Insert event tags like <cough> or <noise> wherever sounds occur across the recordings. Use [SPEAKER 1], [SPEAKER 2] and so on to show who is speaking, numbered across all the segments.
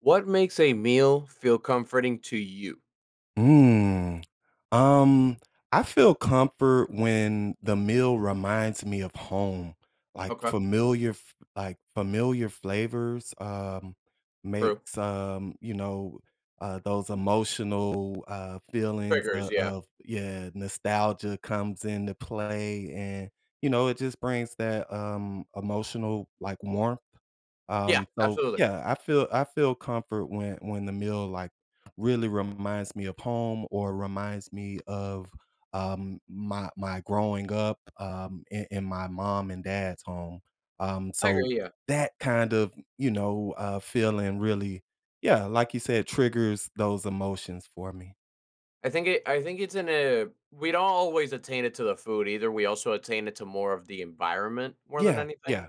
[SPEAKER 1] What makes a meal feel comforting to you?
[SPEAKER 2] Mm, um, I feel comfort when the meal reminds me of home, like
[SPEAKER 1] Okay,
[SPEAKER 2] familiar, like familiar flavors,
[SPEAKER 1] true.
[SPEAKER 2] makes, those emotional, feelings
[SPEAKER 1] Triggers,
[SPEAKER 2] of,
[SPEAKER 1] yeah.
[SPEAKER 2] of, yeah, nostalgia comes into play, and it just brings that, emotional like warmth.
[SPEAKER 1] Yeah,
[SPEAKER 2] So
[SPEAKER 1] absolutely.
[SPEAKER 2] yeah, I feel comfort when the meal like really reminds me of home or reminds me of my growing up, in my mom and dad's home. Um,
[SPEAKER 1] I agree,
[SPEAKER 2] so
[SPEAKER 1] yeah.
[SPEAKER 2] that kind of feeling really, yeah, like you said, triggers those emotions for me.
[SPEAKER 1] I think it's in a we don't always attain it to the food either, we also attain it to more of the environment more than
[SPEAKER 2] Yeah,
[SPEAKER 1] anything.
[SPEAKER 2] yeah,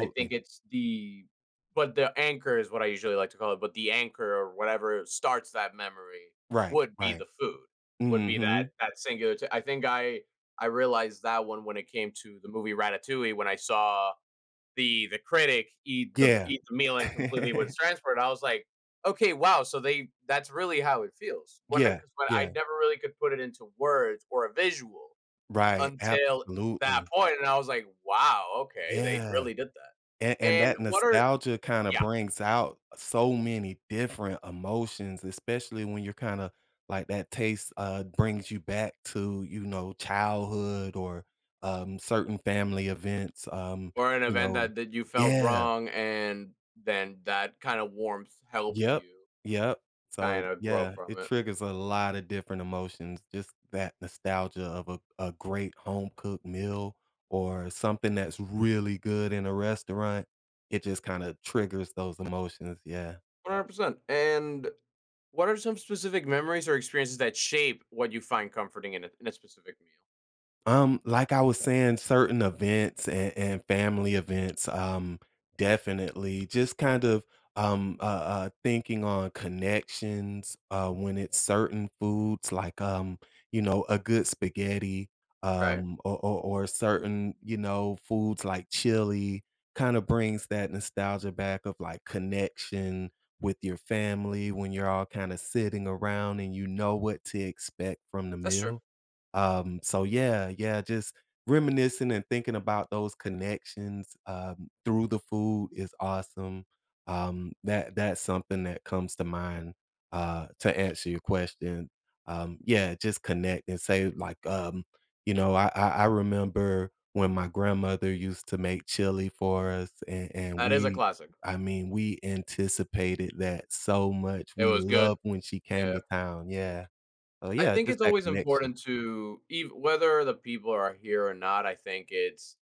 [SPEAKER 1] I think it's the but the anchor is what I usually like to call it, but the anchor or whatever starts that memory
[SPEAKER 2] Right,
[SPEAKER 1] would be
[SPEAKER 2] right.
[SPEAKER 1] the food, would be
[SPEAKER 2] Hmm.
[SPEAKER 1] that singular t I think I realized that one when it came to the movie Ratatouille when I saw the critic
[SPEAKER 2] Yeah.
[SPEAKER 1] eat the meal and completely would
[SPEAKER 2] <laughs>
[SPEAKER 1] transport. I was like, okay, wow. So they that's really how it feels when
[SPEAKER 2] Yeah,
[SPEAKER 1] because when I
[SPEAKER 2] yeah.
[SPEAKER 1] never really could put it into words or a visual
[SPEAKER 2] Right.
[SPEAKER 1] until that
[SPEAKER 2] Absolutely.
[SPEAKER 1] point, and I was like, wow, okay, they
[SPEAKER 2] Yeah.
[SPEAKER 1] really did
[SPEAKER 2] And
[SPEAKER 1] that.
[SPEAKER 2] and
[SPEAKER 1] And
[SPEAKER 2] that
[SPEAKER 1] what are
[SPEAKER 2] nostalgia kinda
[SPEAKER 1] yeah
[SPEAKER 2] brings out so many different emotions, especially when you're kinda like that taste, brings you back to, you know, childhood or, certain family events,
[SPEAKER 1] or an
[SPEAKER 2] you
[SPEAKER 1] event
[SPEAKER 2] know
[SPEAKER 1] that you felt
[SPEAKER 2] yeah.
[SPEAKER 1] wrong and then that kind of warmth helped
[SPEAKER 2] Yep,
[SPEAKER 1] you
[SPEAKER 2] yep.
[SPEAKER 1] kind
[SPEAKER 2] So,
[SPEAKER 1] of grow
[SPEAKER 2] yeah,
[SPEAKER 1] from
[SPEAKER 2] it
[SPEAKER 1] it.
[SPEAKER 2] triggers a lot of different emotions, just that nostalgia of a great home-cooked meal or something that's really good in a restaurant. It just kinda triggers those emotions, yeah.
[SPEAKER 1] 100%. And what are some specific memories or experiences that shape what you find comforting in a specific meal?
[SPEAKER 2] Like I was saying, certain events and family events, definitely just kind of thinking on connections when it's certain foods like you know a good spaghetti,
[SPEAKER 1] Right.
[SPEAKER 2] or certain, you know, foods like chili kind of brings that nostalgia back of like connection with your family when you're all kind of sitting around and you know what to expect from the
[SPEAKER 1] That's true.
[SPEAKER 2] meal. So yeah, yeah, just reminiscing and thinking about those connections, through the food is awesome. That that's something that comes to mind, to answer your question. Yeah, just connect and say like, you know, I remember when
[SPEAKER 1] Hmm.
[SPEAKER 2] my grandmother used to make chili for us and
[SPEAKER 1] That is a
[SPEAKER 2] we,
[SPEAKER 1] classic.
[SPEAKER 2] I mean, we anticipated that so much.
[SPEAKER 1] It
[SPEAKER 2] We
[SPEAKER 1] was good.
[SPEAKER 2] loved when she came
[SPEAKER 1] Yeah.
[SPEAKER 2] to town. Yeah. So
[SPEAKER 1] I
[SPEAKER 2] yeah,
[SPEAKER 1] think
[SPEAKER 2] just
[SPEAKER 1] it's
[SPEAKER 2] that
[SPEAKER 1] always
[SPEAKER 2] connection.
[SPEAKER 1] important to even whether the people are here or not, I think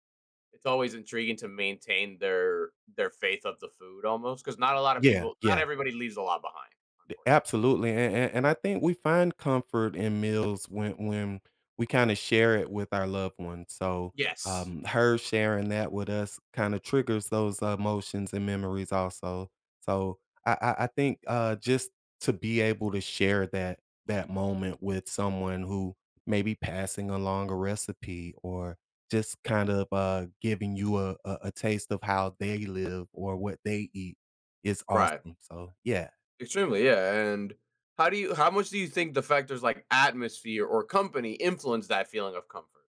[SPEAKER 1] it's always intriguing to maintain their faith of the food almost cuz not a lot of
[SPEAKER 2] Yeah,
[SPEAKER 1] people not
[SPEAKER 2] yeah,
[SPEAKER 1] everybody leaves a lot behind,
[SPEAKER 2] d
[SPEAKER 1] unfortunately.
[SPEAKER 2] absolutely, and I think we find comfort in meals when we kinda share it with our loved ones, so,
[SPEAKER 1] Yes.
[SPEAKER 2] her sharing that with us kinda triggers those emotions and memories also, so I think, just to be able to share that
[SPEAKER 1] Mhm.
[SPEAKER 2] moment with someone who may be passing along a recipe or just kind of, giving you a taste of how they live or what they eat is
[SPEAKER 1] Right.
[SPEAKER 2] awesome, so yeah.
[SPEAKER 1] Extremely, yeah, and how much do you think the factors like atmosphere or company influence that feeling of comfort?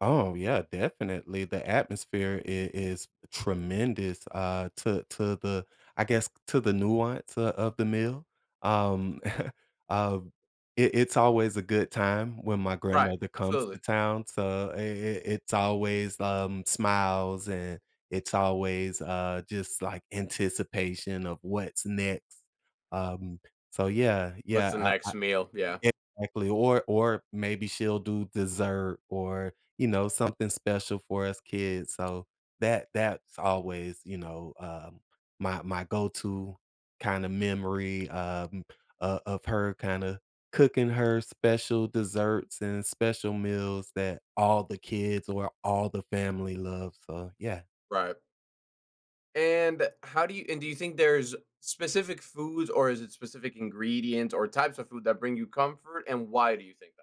[SPEAKER 2] Oh yeah, definitely. Is tremendous to the, I guess to the nuance of the meal. Um <laughs> uh it, it's always a good time when my
[SPEAKER 1] Right,
[SPEAKER 2] grandmother comes
[SPEAKER 1] absolutely.
[SPEAKER 2] to town. So I it's always smiles and it's always just like anticipation of what's next. Um so yeah,
[SPEAKER 1] What's the
[SPEAKER 2] yeah,
[SPEAKER 1] next meal? Yeah,
[SPEAKER 2] exactly, or maybe she'll do dessert or, you know, something special for us kids, so that's always, you know, my go-to kinda memory, o of her kinda cooking her special desserts and special meals that all the kids or all the family love, so yeah.
[SPEAKER 1] right. And do you think there's specific foods or is it specific ingredients or types of food that bring you comfort and why do you think that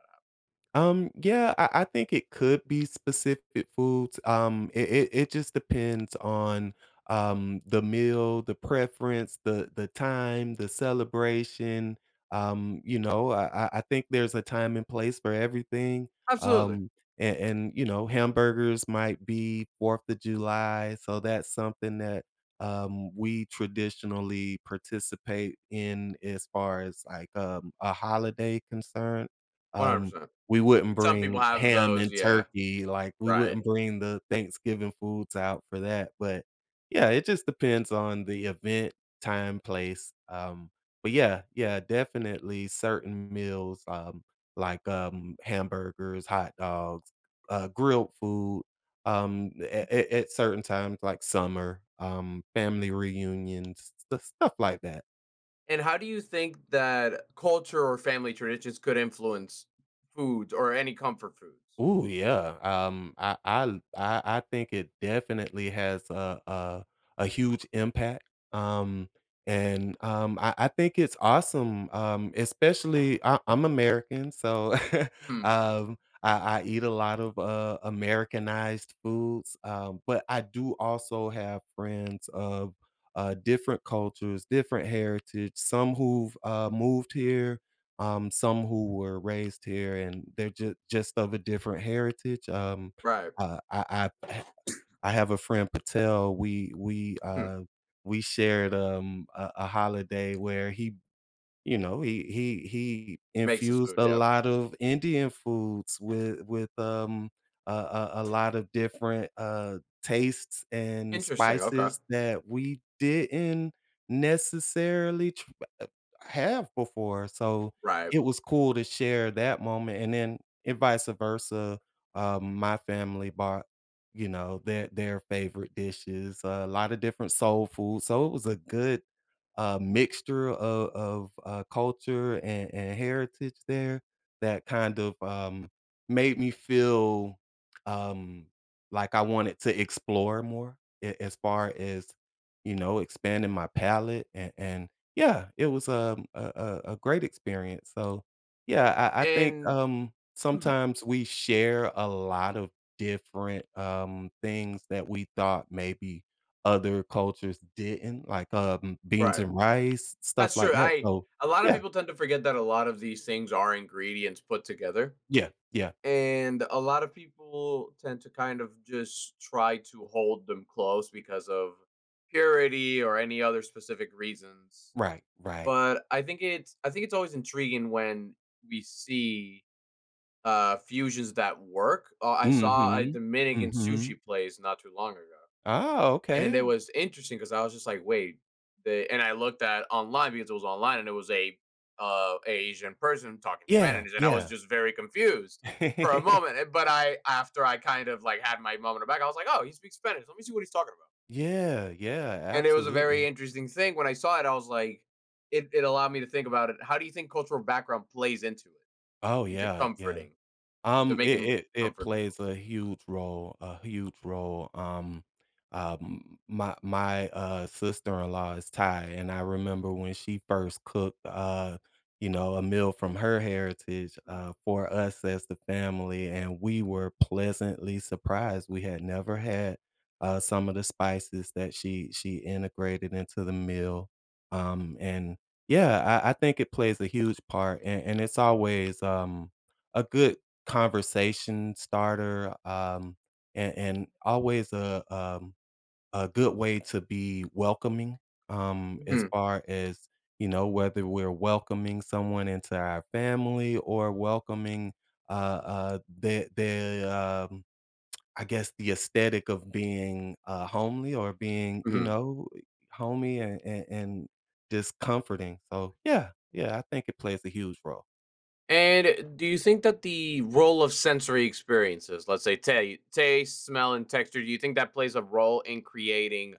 [SPEAKER 2] Yeah, I think it could be specific foods. It just depends on the meal, the preference, the time, the celebration. You know, I think there's a time and place for everything.
[SPEAKER 1] happens? Absolutely.
[SPEAKER 2] Um, and you know, hamburgers might be Fourth of July, so that's something that we traditionally participate in as far as like a holiday concern. Um,
[SPEAKER 1] 100%.
[SPEAKER 2] we wouldn't
[SPEAKER 1] Some people
[SPEAKER 2] bring
[SPEAKER 1] have
[SPEAKER 2] ham
[SPEAKER 1] those,
[SPEAKER 2] and
[SPEAKER 1] yeah.
[SPEAKER 2] turkey, like, we
[SPEAKER 1] Right.
[SPEAKER 2] wouldn't bring the Thanksgiving foods out for that, but yeah, it just depends on the event, time, place, but yeah, yeah, definitely certain meals, hamburgers, hot dogs, grilled food, at certain times, like summer, family reunions, st stuff like that.
[SPEAKER 1] And how do you think that culture or family traditions could influence foods or any comfort foods?
[SPEAKER 2] Oh yeah. I think it definitely has a huge impact, um, and I I think it's awesome, especially I'm American, so, <laughs>
[SPEAKER 1] Hmm.
[SPEAKER 2] um, I I eat a lot of, Americanized foods, but I do also have friends of, different cultures, different heritage, some who've, moved here, some who were raised here and they're just of a different heritage.
[SPEAKER 1] Right.
[SPEAKER 2] Uh, I, I I have a friend Patel.
[SPEAKER 1] Mhm.
[SPEAKER 2] We shared a holiday where he you know, he
[SPEAKER 1] Makes his
[SPEAKER 2] infused
[SPEAKER 1] food,
[SPEAKER 2] a
[SPEAKER 1] yep.
[SPEAKER 2] lot of Indian foods with a lot of different, tastes and
[SPEAKER 1] Interesting, okay.
[SPEAKER 2] spices that we didn't necessarily tr uh, have before, so
[SPEAKER 1] Right,
[SPEAKER 2] it was cool to share that moment, and then and vice versa, my family bought, you know, their favorite dishes, a lot of different soul food, so it was a good mixture of, of culture and heritage there that kind of made me feel um, like I wanted to explore more as far as you know expanding my palette and yeah, it was a great experience. So yeah, I think
[SPEAKER 1] and mhm,
[SPEAKER 2] sometimes we share a lot of different things that we thought maybe other cultures didn't, like, beans
[SPEAKER 1] right.
[SPEAKER 2] and rice, stuff
[SPEAKER 1] That's
[SPEAKER 2] like
[SPEAKER 1] true,
[SPEAKER 2] that,
[SPEAKER 1] I
[SPEAKER 2] so
[SPEAKER 1] A lot of
[SPEAKER 2] yeah,
[SPEAKER 1] people tend to forget that a lot of these things are ingredients put together,
[SPEAKER 2] yeah, yeah,
[SPEAKER 1] and a lot of people tend to kind of just try to hold them close because of purity or any other specific reasons.
[SPEAKER 2] right, right.
[SPEAKER 1] But I think it's always intriguing when we see, fusions that work. I saw a
[SPEAKER 2] Mhm,
[SPEAKER 1] Dominican
[SPEAKER 2] mhm.
[SPEAKER 1] sushi place not too long ago.
[SPEAKER 2] Oh,
[SPEAKER 1] And it
[SPEAKER 2] okay.
[SPEAKER 1] was interesting because I was just like, wait, they, and I looked at online because it was online and it was a a Asian person talking
[SPEAKER 2] Yeah,
[SPEAKER 1] Spanish, and I was
[SPEAKER 2] yeah.
[SPEAKER 1] just very confused for a
[SPEAKER 2] <laughs>
[SPEAKER 1] moment. And- But I after I kind of like had my moment back, I was like, oh, he speaks Spanish. Let me see what he's talking about.
[SPEAKER 2] Yeah, yeah,
[SPEAKER 1] And it was a very
[SPEAKER 2] absolutely.
[SPEAKER 1] interesting thing. When I saw it, I was like, it allowed me to think about it. How do you think cultural background plays into
[SPEAKER 2] Oh,
[SPEAKER 1] it, into
[SPEAKER 2] yeah, yeah.
[SPEAKER 1] comforting? And to make
[SPEAKER 2] It
[SPEAKER 1] him
[SPEAKER 2] it it
[SPEAKER 1] comfort meals.
[SPEAKER 2] plays a huge role, a huge role. My sister-in-law is Thai, and I remember when she first cooked you know, a meal from her heritage
[SPEAKER 1] Mhm,
[SPEAKER 2] for us as the family, and we were pleasantly surprised. We had never had some of the spices that she integrated into the meal.
[SPEAKER 1] mhm.
[SPEAKER 2] And Yeah, I think it plays a huge part, and it's always a good conversation starter, and always a good way to be welcoming, as
[SPEAKER 1] Mhm,
[SPEAKER 2] far as, you know, whether we're welcoming someone into our family or welcoming, uh, the, I guess the aesthetic of being, homely or being, you
[SPEAKER 1] mhm.
[SPEAKER 2] know, homey and just comforting. So, yeah, yeah, I think it plays a huge role.
[SPEAKER 1] And do you think that the role of sensory experiences, let's say ta taste, smell, and texture, do you think that plays a role in creating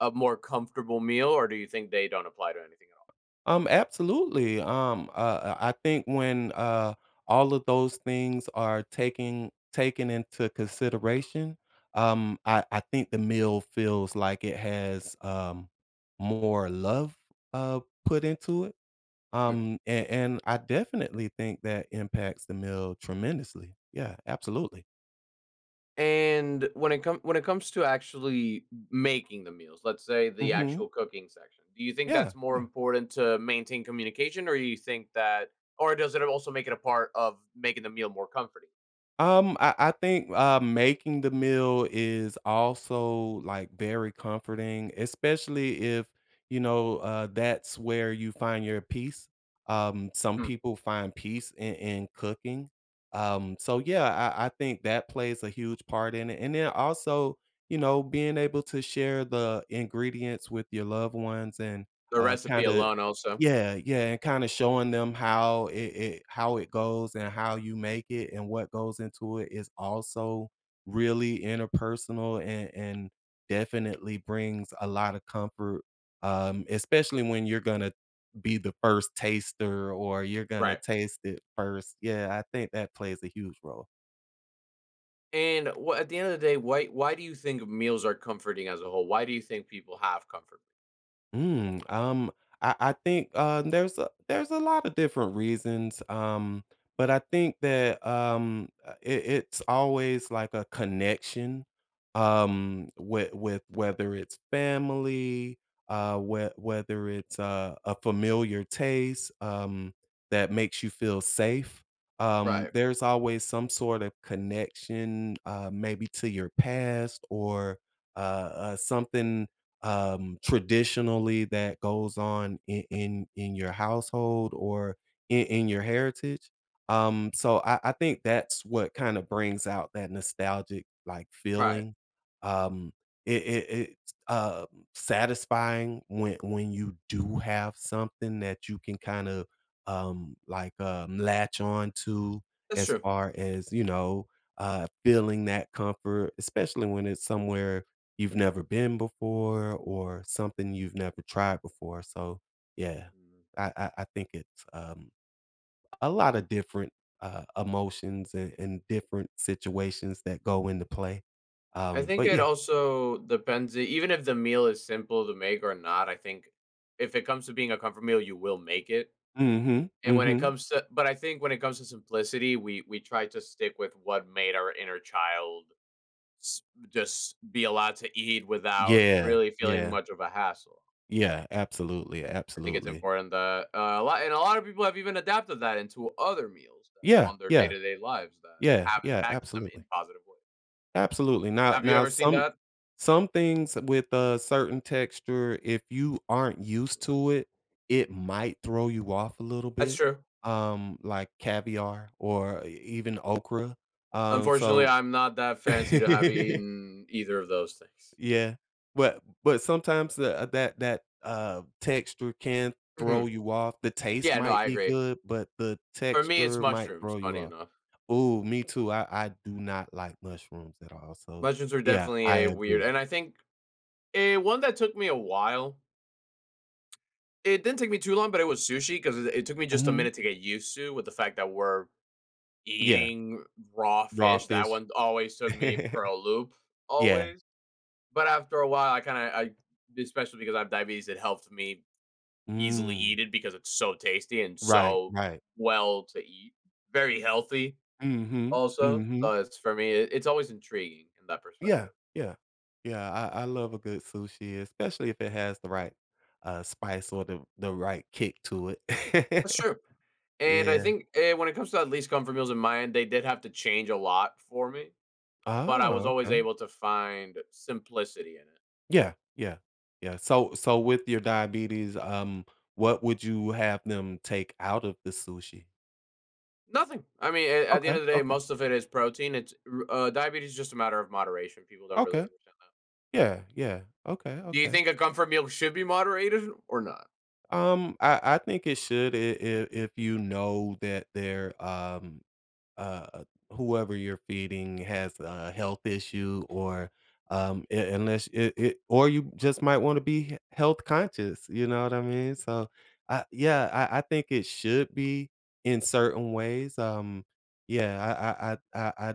[SPEAKER 1] a more comfortable meal, or do you think they don't apply to anything at
[SPEAKER 2] Absolutely. I think when all of those things are taken into consideration, I think the meal feels like it has more love put into it.
[SPEAKER 1] all? Mhm.
[SPEAKER 2] And I definitely think that impacts the meal tremendously. Yeah, absolutely.
[SPEAKER 1] And when it comes to actually making the meals, let's say the
[SPEAKER 2] Hmm.
[SPEAKER 1] actual cooking section, do you think that's
[SPEAKER 2] Yeah,
[SPEAKER 1] more
[SPEAKER 2] yeah.
[SPEAKER 1] important to maintain communication, or you think or does it also make it a part of making the meal more comforting?
[SPEAKER 2] I think, making the meal is also, like, very comforting, especially if, you know, that's where you find your peace. Some
[SPEAKER 1] Hmm.
[SPEAKER 2] people find peace in cooking. So, yeah, I think that plays a huge part in it, and then also, you know, being able to share the ingredients with your loved ones and,
[SPEAKER 1] The recipe
[SPEAKER 2] kinda
[SPEAKER 1] alone, also,
[SPEAKER 2] yeah, yeah, and kinda showing them how it how it goes and how you make it and what goes into it is also really interpersonal and definitely brings a lot of comfort, especially when you're gonna be the first taster or you're gonna
[SPEAKER 1] right?
[SPEAKER 2] taste it first. Yeah, I think that plays a huge role.
[SPEAKER 1] And at the end of the day, why do you think meals are comforting as a whole? Why do you think people have comfort?
[SPEAKER 2] Mm, I I think, there's a lot of different reasons, but I think that, it it's always like a connection, with whether it's family, whether it's, a familiar taste, that makes you feel safe.
[SPEAKER 1] Right,
[SPEAKER 2] There's always some sort of connection, maybe to your past or, something traditionally that goes on in, in your household or in your heritage. So I think that's what kind of brings out that nostalgic like
[SPEAKER 1] right.
[SPEAKER 2] feeling. Um, it's satisfying when you do have something that you can kind of latch on to
[SPEAKER 1] That's
[SPEAKER 2] as
[SPEAKER 1] true.
[SPEAKER 2] far as you know feeling that comfort, especially when it's somewhere you've never been before or something you've never tried before. So yeah, I think it's a lot of different emotions and different situations that go into play.
[SPEAKER 1] I
[SPEAKER 2] Um,
[SPEAKER 1] think
[SPEAKER 2] but
[SPEAKER 1] it
[SPEAKER 2] yeah,
[SPEAKER 1] also depends, even if the meal is simple to make or not, I think if it comes to being a comfort meal, you will make it.
[SPEAKER 2] hmm,
[SPEAKER 1] And when it
[SPEAKER 2] hmm,
[SPEAKER 1] comes to but I think when it comes to simplicity, we try to stick with what made our inner child s- just be allowed to eat without
[SPEAKER 2] yeah,
[SPEAKER 1] really feeling
[SPEAKER 2] yeah,
[SPEAKER 1] much of a hassle.
[SPEAKER 2] yeah, absolutely,
[SPEAKER 1] I think it's
[SPEAKER 2] absolutely,
[SPEAKER 1] important that a lot of people have even adapted that into other meals that,
[SPEAKER 2] yeah,
[SPEAKER 1] on their
[SPEAKER 2] yeah,
[SPEAKER 1] day-to-day lives that
[SPEAKER 2] yeah,
[SPEAKER 1] have
[SPEAKER 2] yeah,
[SPEAKER 1] impacted them in
[SPEAKER 2] absolutely.
[SPEAKER 1] positive ways.
[SPEAKER 2] Absolutely. Now
[SPEAKER 1] Have you
[SPEAKER 2] now
[SPEAKER 1] ever seen that?
[SPEAKER 2] some things with
[SPEAKER 1] Mhm,
[SPEAKER 2] a certain texture, if you aren't used to it, it
[SPEAKER 1] mhm.
[SPEAKER 2] might throw you off a little
[SPEAKER 1] That's
[SPEAKER 2] bit,
[SPEAKER 1] true.
[SPEAKER 2] like caviar or e even okra,
[SPEAKER 1] Unfortunately,
[SPEAKER 2] so.
[SPEAKER 1] I'm not that
[SPEAKER 2] <laughs>
[SPEAKER 1] fancy to have eaten either of those things.
[SPEAKER 2] Yeah, but sometimes the that texture can throw
[SPEAKER 1] Mhm.
[SPEAKER 2] you off. The taste
[SPEAKER 1] Yeah, no,
[SPEAKER 2] might
[SPEAKER 1] I
[SPEAKER 2] be
[SPEAKER 1] agree.
[SPEAKER 2] good, but the
[SPEAKER 1] For me, it's
[SPEAKER 2] texture might
[SPEAKER 1] mushrooms,
[SPEAKER 2] throw you
[SPEAKER 1] funny
[SPEAKER 2] off.
[SPEAKER 1] enough.
[SPEAKER 2] Ooh, me too. I do not like mushrooms at all, so
[SPEAKER 1] Mushrooms were
[SPEAKER 2] yeah,
[SPEAKER 1] definitely
[SPEAKER 2] I
[SPEAKER 1] a weird
[SPEAKER 2] agree.
[SPEAKER 1] and I think a one that took me a while it didn't take me too long, but it was sushi because it took me just a
[SPEAKER 2] Mhm.
[SPEAKER 1] minute to get used to with the fact that we're
[SPEAKER 2] Yeah,
[SPEAKER 1] eating raw
[SPEAKER 2] raw
[SPEAKER 1] fish. That
[SPEAKER 2] fish.
[SPEAKER 1] one always took me for
[SPEAKER 2] <laughs>
[SPEAKER 1] a loop,
[SPEAKER 2] Yeah.
[SPEAKER 1] always. But after a while, I especially because I have diabetes, it helped me easily
[SPEAKER 2] Mm.
[SPEAKER 1] eaten because it's so tasty and
[SPEAKER 2] Right,
[SPEAKER 1] so
[SPEAKER 2] right.
[SPEAKER 1] well to eat. Very healthy
[SPEAKER 2] Mhm,
[SPEAKER 1] also, so
[SPEAKER 2] mhm.
[SPEAKER 1] it's for me, it's always intriguing in that perspective.
[SPEAKER 2] Yeah, yeah. Yeah, I love a good sushi, especially if it has the right, spice or the right kick to it.
[SPEAKER 1] That's
[SPEAKER 2] <laughs>
[SPEAKER 1] true, and I
[SPEAKER 2] Yeah.
[SPEAKER 1] think, when it comes to at least comfort meals in my end, they did have to change a lot for me, but I was
[SPEAKER 2] Oh,
[SPEAKER 1] always
[SPEAKER 2] okay.
[SPEAKER 1] able to find simplicity in it.
[SPEAKER 2] Yeah, yeah, yeah. So with your diabetes, what would you have them take out of the sushi?
[SPEAKER 1] Nothing. I mean, a at the end
[SPEAKER 2] Okay,
[SPEAKER 1] of the day,
[SPEAKER 2] okay.
[SPEAKER 1] most of it is protein. It's r Diabetes is just a matter of moderation. People don't really
[SPEAKER 2] Okay.
[SPEAKER 1] understand that.
[SPEAKER 2] Yeah, yeah. Okay,
[SPEAKER 1] Do you
[SPEAKER 2] okay.
[SPEAKER 1] think a comfort meal should be moderated or not?
[SPEAKER 2] I I think it should, I if you know that they're, uh, whoever you're feeding has a health issue or, u unless it or you just might wanna be health conscious, you know what I mean? So, I yeah, I think it should be in certain ways, yeah, I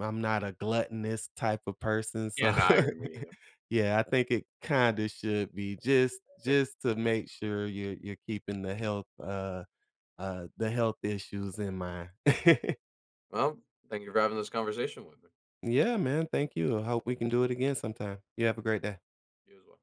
[SPEAKER 2] I'm not a gluttonous type of person,
[SPEAKER 1] Yeah,
[SPEAKER 2] so
[SPEAKER 1] no, I agree, me
[SPEAKER 2] <laughs>
[SPEAKER 1] neither.
[SPEAKER 2] yeah, I think it kinda should be just to make sure you're keeping the health issues in mind. <laughs>
[SPEAKER 1] Well, thank you for having this conversation with me.
[SPEAKER 2] Yeah, man, thank you. I hope we can do it again sometime. You have a great day.
[SPEAKER 1] You as well.